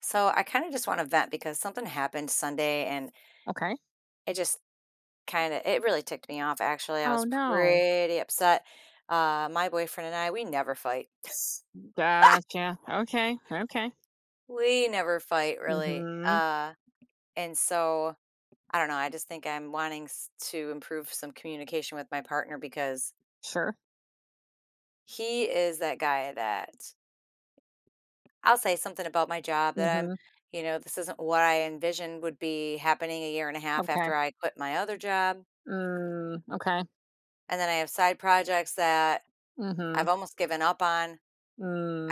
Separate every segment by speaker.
Speaker 1: So I kind of just want to vent because something happened Sunday, and
Speaker 2: Okay.
Speaker 1: it just kind of it really ticked me off actually. I
Speaker 2: Oh
Speaker 1: was
Speaker 2: no.
Speaker 1: pretty upset. My boyfriend and I, we never fight.
Speaker 2: Gotcha. Okay. Okay.
Speaker 1: We never fight really.
Speaker 2: Mm-hmm.
Speaker 1: And so I don't know, I just think I'm wanting to improve some communication with my partner because
Speaker 2: Sure.
Speaker 1: he is that guy that I'll say something about my job that I'm
Speaker 2: Mm-hmm.
Speaker 1: you know, this isn't what I envisioned would be happening a year and a half
Speaker 2: Okay.
Speaker 1: after I quit my other job.
Speaker 2: Mm. Okay.
Speaker 1: And then I have side projects that
Speaker 2: Mm-hmm.
Speaker 1: I've almost given up on.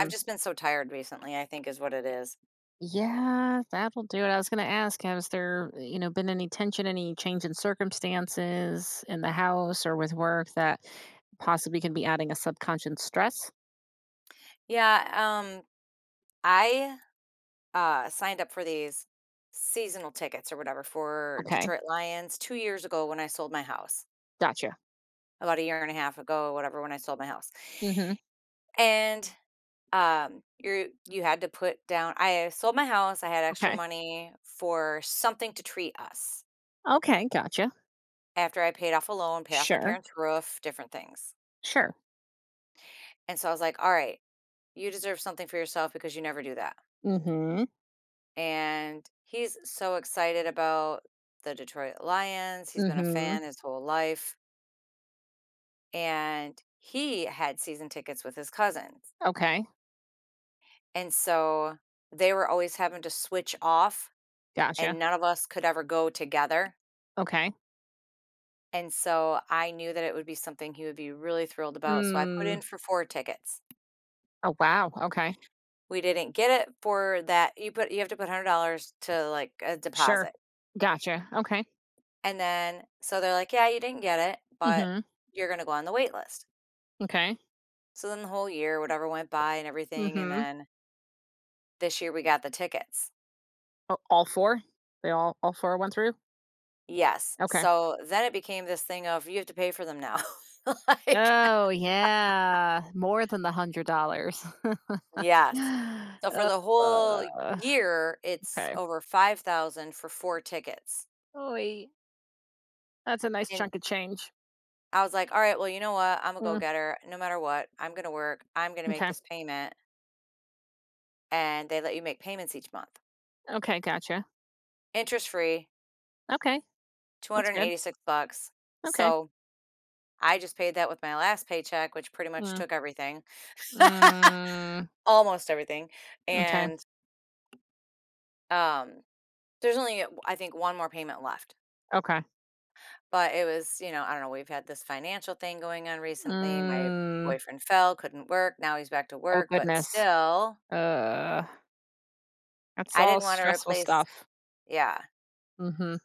Speaker 1: I've just been so tired recently, I think is what it is.
Speaker 2: Yeah, that'll do it. I was gonna ask, has there been any tension, any change in circumstances in the house or with work that possibly can be adding a subconscious stress?
Speaker 1: Yeah. I signed up for these seasonal tickets or whatever for
Speaker 2: Okay.
Speaker 1: Detroit Lions 2 years ago when I sold my house.
Speaker 2: Gotcha.
Speaker 1: About a year and a half ago, whatever, when I sold my house.
Speaker 2: Mm-hmm.
Speaker 1: And, you you had to put down, I sold my house, I had extra
Speaker 2: Okay.
Speaker 1: money for something to treat us
Speaker 2: Okay, gotcha.
Speaker 1: after I paid off a loan, paid off my
Speaker 2: Sure.
Speaker 1: parents' roof, different things.
Speaker 2: Sure.
Speaker 1: And so I was like, all right, you deserve something for yourself because you never do that.
Speaker 2: Mm-hmm.
Speaker 1: And he's so excited about the Detroit Lions. He's been a
Speaker 2: Mm-hmm.
Speaker 1: fan his whole life. And he had season tickets with his cousins.
Speaker 2: Okay.
Speaker 1: And so they were always having to switch off, and
Speaker 2: Gotcha.
Speaker 1: none of us could ever go together.
Speaker 2: Okay.
Speaker 1: And so I knew that it would be something he would be really thrilled about. So I put
Speaker 2: Mm.
Speaker 1: in for four tickets.
Speaker 2: Oh, wow, okay.
Speaker 1: We didn't get it for that. You have to put $100 to, like, a
Speaker 2: Sure.
Speaker 1: deposit.
Speaker 2: Gotcha, okay.
Speaker 1: And then so they're like, "Yeah, you didn't get it, but
Speaker 2: Mhm,
Speaker 1: you're gonna go on the wait list."
Speaker 2: okay.
Speaker 1: So then the whole year, whatever, went by and everything, and
Speaker 2: Mhm.
Speaker 1: then this year we got the tickets.
Speaker 2: A all 4? They all 4 went through?
Speaker 1: Yes.
Speaker 2: Okay.
Speaker 1: So then it became this thing of you have to pay for them now. Like,
Speaker 2: Oh, yeah. More than the $100.
Speaker 1: yes. So for the whole
Speaker 2: Uh,
Speaker 1: year, it's
Speaker 2: okay.
Speaker 1: over 5,000 for 4 tickets.
Speaker 2: Oh, that's a nice
Speaker 1: And
Speaker 2: chunk of change.
Speaker 1: I was like, "All right, well, you know what? I'm a
Speaker 2: Mm,
Speaker 1: go-getter. No matter what, I'm gonna work. I'm gonna make
Speaker 2: okay.
Speaker 1: this payment." And they let you make payments each month,
Speaker 2: Okay, gotcha.
Speaker 1: interest-free.
Speaker 2: Okay, that's
Speaker 1: 286
Speaker 2: good.
Speaker 1: bucks.
Speaker 2: Okay.
Speaker 1: So I just paid that with my last paycheck, which pretty much
Speaker 2: Mm.
Speaker 1: took everything,
Speaker 2: Mm,
Speaker 1: almost everything,
Speaker 2: m'kay,
Speaker 1: and, um, there's only, I think, 1 more payment left,
Speaker 2: okay.
Speaker 1: but it was, you know, I don't know, we've had this financial thing going on recently. My
Speaker 2: Mm.
Speaker 1: boyfriend fell, couldn't work, now he's back to
Speaker 2: Oh,
Speaker 1: work, but
Speaker 2: goodness.
Speaker 1: still,
Speaker 2: Uh That's
Speaker 1: I
Speaker 2: all
Speaker 1: didn't wanna
Speaker 2: stressful
Speaker 1: replace.
Speaker 2: stuff.
Speaker 1: Yeah.
Speaker 2: Mhm.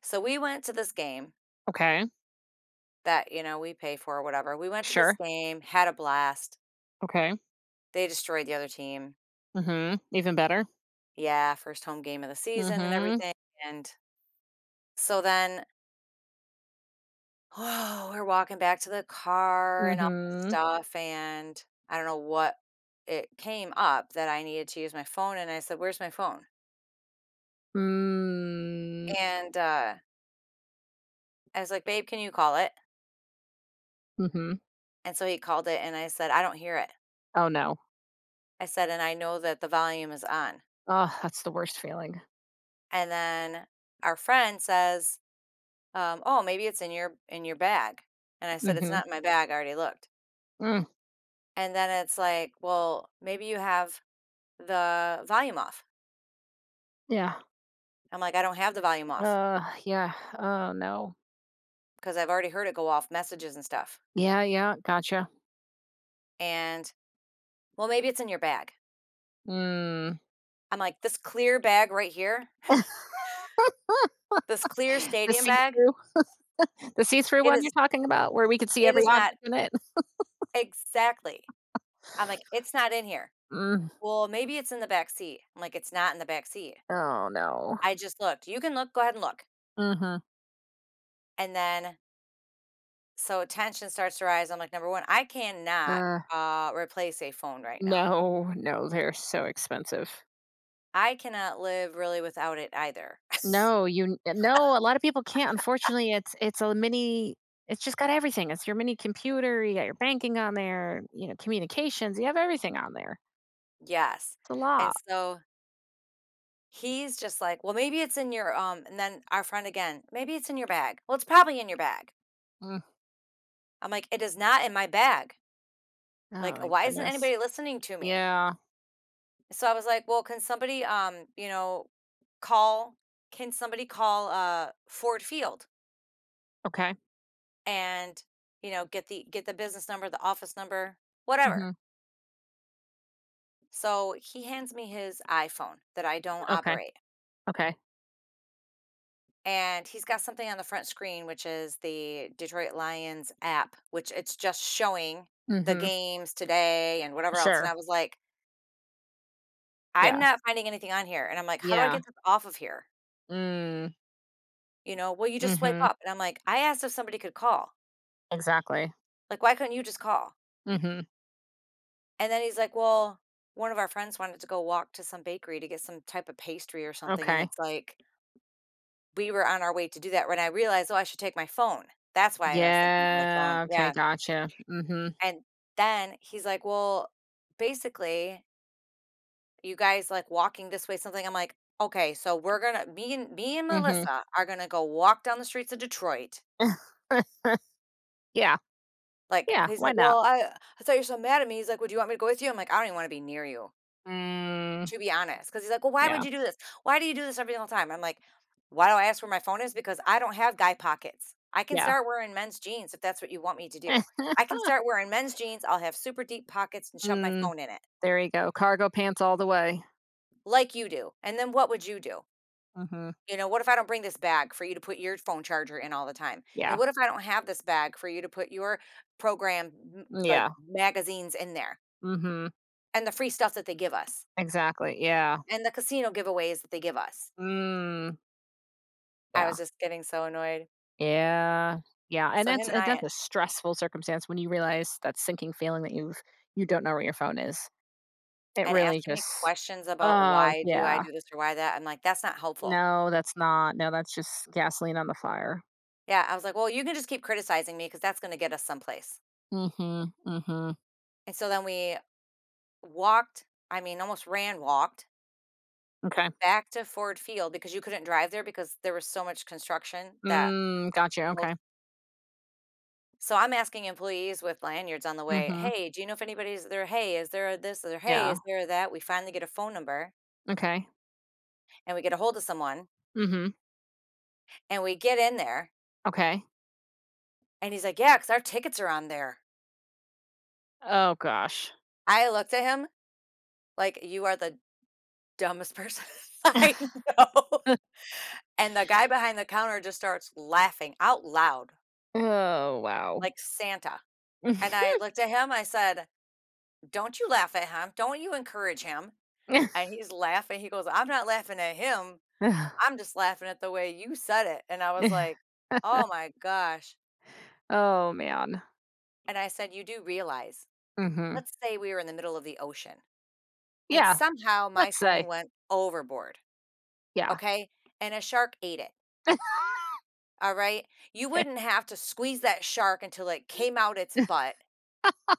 Speaker 1: So we went to this game
Speaker 2: Okay.
Speaker 1: that, you know, we pay for or whatever. We went to this
Speaker 2: Sure.
Speaker 1: game, had a blast.
Speaker 2: Okay.
Speaker 1: They destroyed the other team.
Speaker 2: Mhm. Even better.
Speaker 1: Yeah, first home game of the season and
Speaker 2: Mhm.
Speaker 1: everything, and so then, oh, we're walking back to the car and all this
Speaker 2: Mhm.
Speaker 1: stuff, and I don't know what, it came up that I needed to use my phone, and I said, "Where's my phone?"
Speaker 2: Mm.
Speaker 1: And, I was like, "Babe, can you call it?"
Speaker 2: Mhm.
Speaker 1: And so he called it, and I said, "I don't hear it."
Speaker 2: Oh, no.
Speaker 1: I said, "And I know that the volume is on."
Speaker 2: Oh, that's the worst feeling.
Speaker 1: And then our friend says, "Oh, maybe it's in your bag." And I said, "It's
Speaker 2: Mhm.
Speaker 1: not in my bag, I already looked."
Speaker 2: Mm.
Speaker 1: And then it's like, "Well, maybe you have the volume off."
Speaker 2: Yeah.
Speaker 1: I'm like, I don't have the volume off
Speaker 2: Yeah. Oh, no.
Speaker 1: because I've already heard it go off messages and stuff.
Speaker 2: Yeah, yeah. Gotcha.
Speaker 1: And, well, maybe it's in your bag.
Speaker 2: Mm.
Speaker 1: I'm like, this clear bag right here, this clear
Speaker 2: The
Speaker 1: stadium bag,
Speaker 2: see-through the see-through
Speaker 1: it
Speaker 2: one
Speaker 1: is,
Speaker 2: you're talking about where we could see
Speaker 1: it
Speaker 2: every
Speaker 1: is not,
Speaker 2: object in it?
Speaker 1: exactly. I'm like, it's not in here.
Speaker 2: Mm.
Speaker 1: Well, maybe it's in the back seat. I'm like, it's not in the back seat.
Speaker 2: Oh, no.
Speaker 1: I just looked. You can look, go ahead and look.
Speaker 2: Mhm.
Speaker 1: And then, so tension starts to rise. I'm like, number one, I cannot
Speaker 2: Uh,
Speaker 1: replace a phone right now.
Speaker 2: no, no, they're so expensive.
Speaker 1: I cannot live really without it either.
Speaker 2: No, you n no, a lot of people can't, unfortunately, it's a mini it's just got everything, it's your mini computer, you got your banking on there, communications, you have everything on there.
Speaker 1: Yes,
Speaker 2: It's a
Speaker 1: and
Speaker 2: lot.
Speaker 1: so he's just like, "Well, maybe it's in your, and then our friend again, "Maybe it's in your bag." "Well, it's probably in your bag."
Speaker 2: Mm.
Speaker 1: I'm like, "It is not in my bag."
Speaker 2: Oh
Speaker 1: Like,
Speaker 2: my
Speaker 1: "Why isn't
Speaker 2: goodness.
Speaker 1: anybody listening to me?"
Speaker 2: Yeah.
Speaker 1: So I was like, "Well, can somebody, call can somebody call, Ford Field
Speaker 2: Okay.
Speaker 1: and, you know, get the business number, the office number, whatever."
Speaker 2: Mhm.
Speaker 1: So he hands me his iPhone that I don't
Speaker 2: Okay.
Speaker 1: operate,
Speaker 2: Okay.
Speaker 1: and he's got something on the front screen, which is the Detroit Lions app, which it's just showing the
Speaker 2: Mhm.
Speaker 1: games today and whatever else, and
Speaker 2: Sure.
Speaker 1: I was like, "I'm
Speaker 2: Yeah.
Speaker 1: not finding anything on here," and I'm like, "How do I
Speaker 2: Yeah.
Speaker 1: get this off of here?"
Speaker 2: Mm.
Speaker 1: You know, "Well, you just swipe
Speaker 2: Mhm.
Speaker 1: up," and I'm like, "I asked if somebody could call,
Speaker 2: Exactly.
Speaker 1: like, why couldn't you just call?"
Speaker 2: Mhm.
Speaker 1: And then he's like, "Well, one of our friends wanted to go walk to some bakery to get some type of pastry or something," and
Speaker 2: Okay.
Speaker 1: it's like, we were on our way to do that when I realized, "Oh, I should take my phone." That's why I was thinking about my phone,
Speaker 2: Yeah, okay,
Speaker 1: yeah.
Speaker 2: gotcha. Mhm.
Speaker 1: And then he's like, "Well, basically, you guys like walking this way, something." I'm like, "Okay, so we're gonna me and
Speaker 2: Mhm.
Speaker 1: Melissa are gonna go walk down the streets of Detroit."
Speaker 2: Yeah.
Speaker 1: Like,
Speaker 2: Yeah,
Speaker 1: he's
Speaker 2: why
Speaker 1: like,
Speaker 2: not?
Speaker 1: "Well, I thought you're so mad at me." He's like, "Would you want me to go with you?" I'm like, "I don't even want to be near you,
Speaker 2: Mm,
Speaker 1: to be honest." Because he's like, "Well, why
Speaker 2: yeah.
Speaker 1: would you do this? Why do you do this every single time?" I'm like, "Why do I ask where my phone is? Because I don't have guy pockets. I can
Speaker 2: Yeah.
Speaker 1: start wearing men's jeans if that's what you want me to do. I can start wearing men's jeans. I'll have super deep pockets and shove my
Speaker 2: Mm,
Speaker 1: phone in it."
Speaker 2: there you go. Cargo pants all the way.
Speaker 1: Like you do, and then what would you do?
Speaker 2: Mhm.
Speaker 1: You know, what if I don't bring this bag for you to put your phone charger in all the time? And
Speaker 2: Yeah.
Speaker 1: what if I don't have this bag for you to put your
Speaker 2: Mm, yeah.
Speaker 1: magazines in there,
Speaker 2: Mhm.
Speaker 1: and the free stuff that they give us,
Speaker 2: Exactly. Yeah.
Speaker 1: and the casino giveaways that they give us?
Speaker 2: Mm.
Speaker 1: I was
Speaker 2: Yeah.
Speaker 1: just getting so annoyed.
Speaker 2: Yeah. Yeah, and
Speaker 1: So
Speaker 2: that's
Speaker 1: him and
Speaker 2: and that's
Speaker 1: I,
Speaker 2: a stressful circumstance when you realize that sinking feeling that you don't know where your phone is. It
Speaker 1: and
Speaker 2: really
Speaker 1: asking me
Speaker 2: just.
Speaker 1: questions about
Speaker 2: Oh,
Speaker 1: why do I
Speaker 2: yeah.
Speaker 1: do this or why that, I'm like, "That's not helpful."
Speaker 2: No, that's not. No, that's just gasoline on the fire.
Speaker 1: Yeah, I was like, "Well, you can just keep criticizing me because that's gonna get us someplace."
Speaker 2: Mhm. Mhm.
Speaker 1: And so then we walked almost ran, walked
Speaker 2: Okay.
Speaker 1: back to Ford Field, because you couldn't drive there because there was so much construction that
Speaker 2: Mm, gotcha.
Speaker 1: most
Speaker 2: Okay.
Speaker 1: so I'm asking employees with lanyards on the way,
Speaker 2: Mhm.
Speaker 1: "Hey, do you know if anybody's there? Hey, is there this or hey,
Speaker 2: Yeah.
Speaker 1: is there that?" We finally get a phone number
Speaker 2: Okay.
Speaker 1: and we get a hold of someone
Speaker 2: Mhm.
Speaker 1: and we get in there
Speaker 2: Okay.
Speaker 1: and he's like, "Yeah, because our tickets are on there."
Speaker 2: Oh gosh.
Speaker 1: I looked at him like, "You are the dumbest person I know." And the guy behind the counter just starts laughing out loud
Speaker 2: Oh, wow.
Speaker 1: like Santa. And I looked at him, I said, don't you laugh at him. Don't you encourage him. And he's laughing. He goes, I'm not laughing at him.
Speaker 2: Ugh.
Speaker 1: I'm just laughing at the way you said it. And I was like, oh my gosh.
Speaker 2: Oh, man.
Speaker 1: And I said, you do realize,
Speaker 2: Mhm.
Speaker 1: let's say we were in the middle of the ocean and
Speaker 2: Yeah,
Speaker 1: somehow my
Speaker 2: let's
Speaker 1: phone
Speaker 2: say,
Speaker 1: went overboard.
Speaker 2: yeah.
Speaker 1: Okay. And a shark ate it. All right. You wouldn't have to squeeze that shark until it came out its butt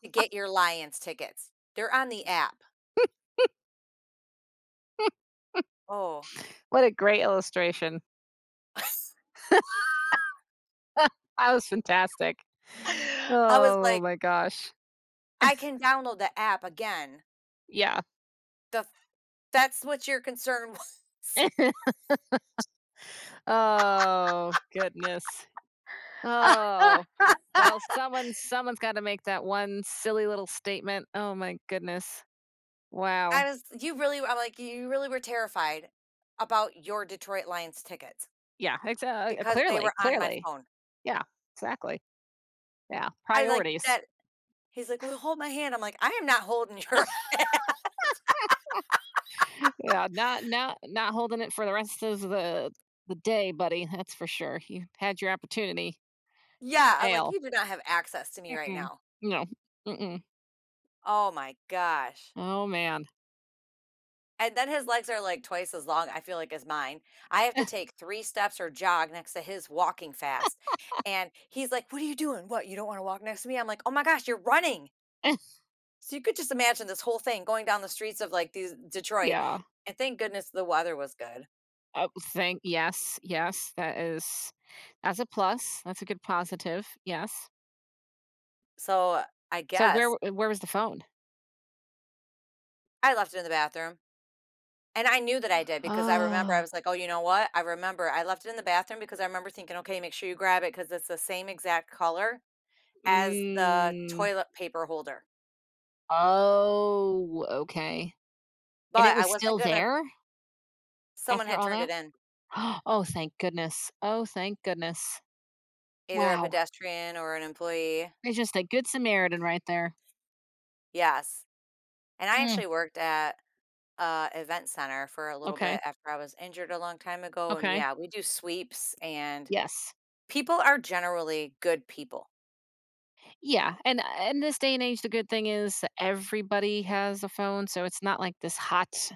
Speaker 1: to get your Lions tickets. They're on the app. Oh,
Speaker 2: What a great illustration. That was fantastic.
Speaker 1: I was
Speaker 2: Oh
Speaker 1: like,
Speaker 2: my gosh.
Speaker 1: I can download the app again.
Speaker 2: Yeah.
Speaker 1: The, that's what your concern was.
Speaker 2: Oh, goodness. Oh, well, someone's gotta make that one silly little statement. Oh my goodness. Wow.
Speaker 1: I'm like, "You really were terrified about your Detroit Lions tickets
Speaker 2: Yeah, exa
Speaker 1: because they
Speaker 2: clearly,
Speaker 1: were on my
Speaker 2: clearly.
Speaker 1: phone."
Speaker 2: Yeah, exactly. Yeah,
Speaker 1: I like
Speaker 2: priorities.
Speaker 1: that he's like, "Well, hold my hand." I'm like, "I am not holding your"
Speaker 2: Yeah, not holding it for the rest of the day, buddy, that's for sure. You had your opportunity.
Speaker 1: Yeah, I'm like,
Speaker 2: Jail.
Speaker 1: "You do not have access to me right
Speaker 2: Mm-mm.
Speaker 1: now."
Speaker 2: No. Mm-mm.
Speaker 1: Oh my gosh.
Speaker 2: Oh, man.
Speaker 1: And then his legs are like twice as long, I feel like, as mine. I have to take 3 steps or jog next to his walking fast, and he's like, "What are you doing? What, you don't wanna walk next to me?" I'm like, "Oh my gosh, you're running." So you could just imagine this whole thing going down the streets of like these Detroit,
Speaker 2: Yeah.
Speaker 1: and thank goodness the weather was good.
Speaker 2: Oh, thank yes, yes, that's a plus. That's a good positive, yes.
Speaker 1: So I
Speaker 2: So where
Speaker 1: guess
Speaker 2: w where was the phone?
Speaker 1: I left it in the bathroom, and I knew that I did, because I remember I
Speaker 2: Oh.
Speaker 1: was like, "Oh, you know what? I remember I left it in the bathroom because I remember thinking, okay, make sure you grab it because it's the same exact color as the
Speaker 2: Mm.
Speaker 1: toilet paper holder."
Speaker 2: Oh, okay. And it
Speaker 1: But I
Speaker 2: was
Speaker 1: wasn't
Speaker 2: still
Speaker 1: gonna.
Speaker 2: there
Speaker 1: Someone
Speaker 2: after
Speaker 1: had
Speaker 2: all
Speaker 1: turned
Speaker 2: that?
Speaker 1: it in,
Speaker 2: Oh, thank goodness. Oh, thank goodness.
Speaker 1: either a
Speaker 2: Wow.
Speaker 1: pedestrian or an employee.
Speaker 2: It's just a good Samaritan right there.
Speaker 1: Yes, and I
Speaker 2: Mm,
Speaker 1: actually worked at, event center for a little bit
Speaker 2: okay.
Speaker 1: after I was injured a long time ago, and
Speaker 2: Okay.
Speaker 1: yeah, we do sweeps, and
Speaker 2: Yes.
Speaker 1: people are generally good people.
Speaker 2: Yeah. And in this day and age, the good thing is everybody has a phone. So it's not like this hot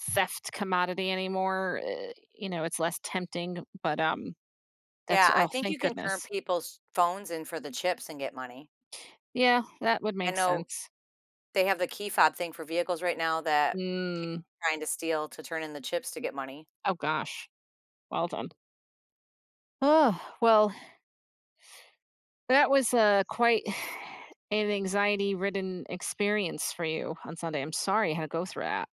Speaker 2: theft commodity anymore. It's less tempting, but that's,
Speaker 1: Yeah, I
Speaker 2: oh,
Speaker 1: think you
Speaker 2: thank
Speaker 1: can turn
Speaker 2: goodness.
Speaker 1: people's phones in for the chips and get money.
Speaker 2: Yeah, that would
Speaker 1: I
Speaker 2: make
Speaker 1: know
Speaker 2: sense.
Speaker 1: they have the key fob thing for vehicles right now that
Speaker 2: Mm,
Speaker 1: trying to steal to turn in the chips to get money.
Speaker 2: oh, gosh. Well done. Oh, well, that was, quite an anxiety-ridden experience for you on Sunday. I'm sorry you had to go through that.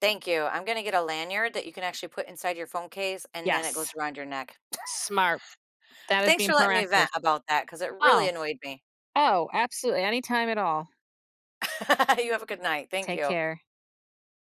Speaker 1: Thank you. I'm gonna get a lanyard that you can actually put inside your phone case, and then it
Speaker 2: Yes,
Speaker 1: goes around your neck.
Speaker 2: smart. That
Speaker 1: But
Speaker 2: is
Speaker 1: thanks
Speaker 2: being
Speaker 1: for letting me
Speaker 2: proactive.
Speaker 1: vent about that because it really
Speaker 2: Oh,
Speaker 1: annoyed me.
Speaker 2: oh, absolutely, anytime at all.
Speaker 1: You have a good night. Thank
Speaker 2: Take
Speaker 1: you.
Speaker 2: care.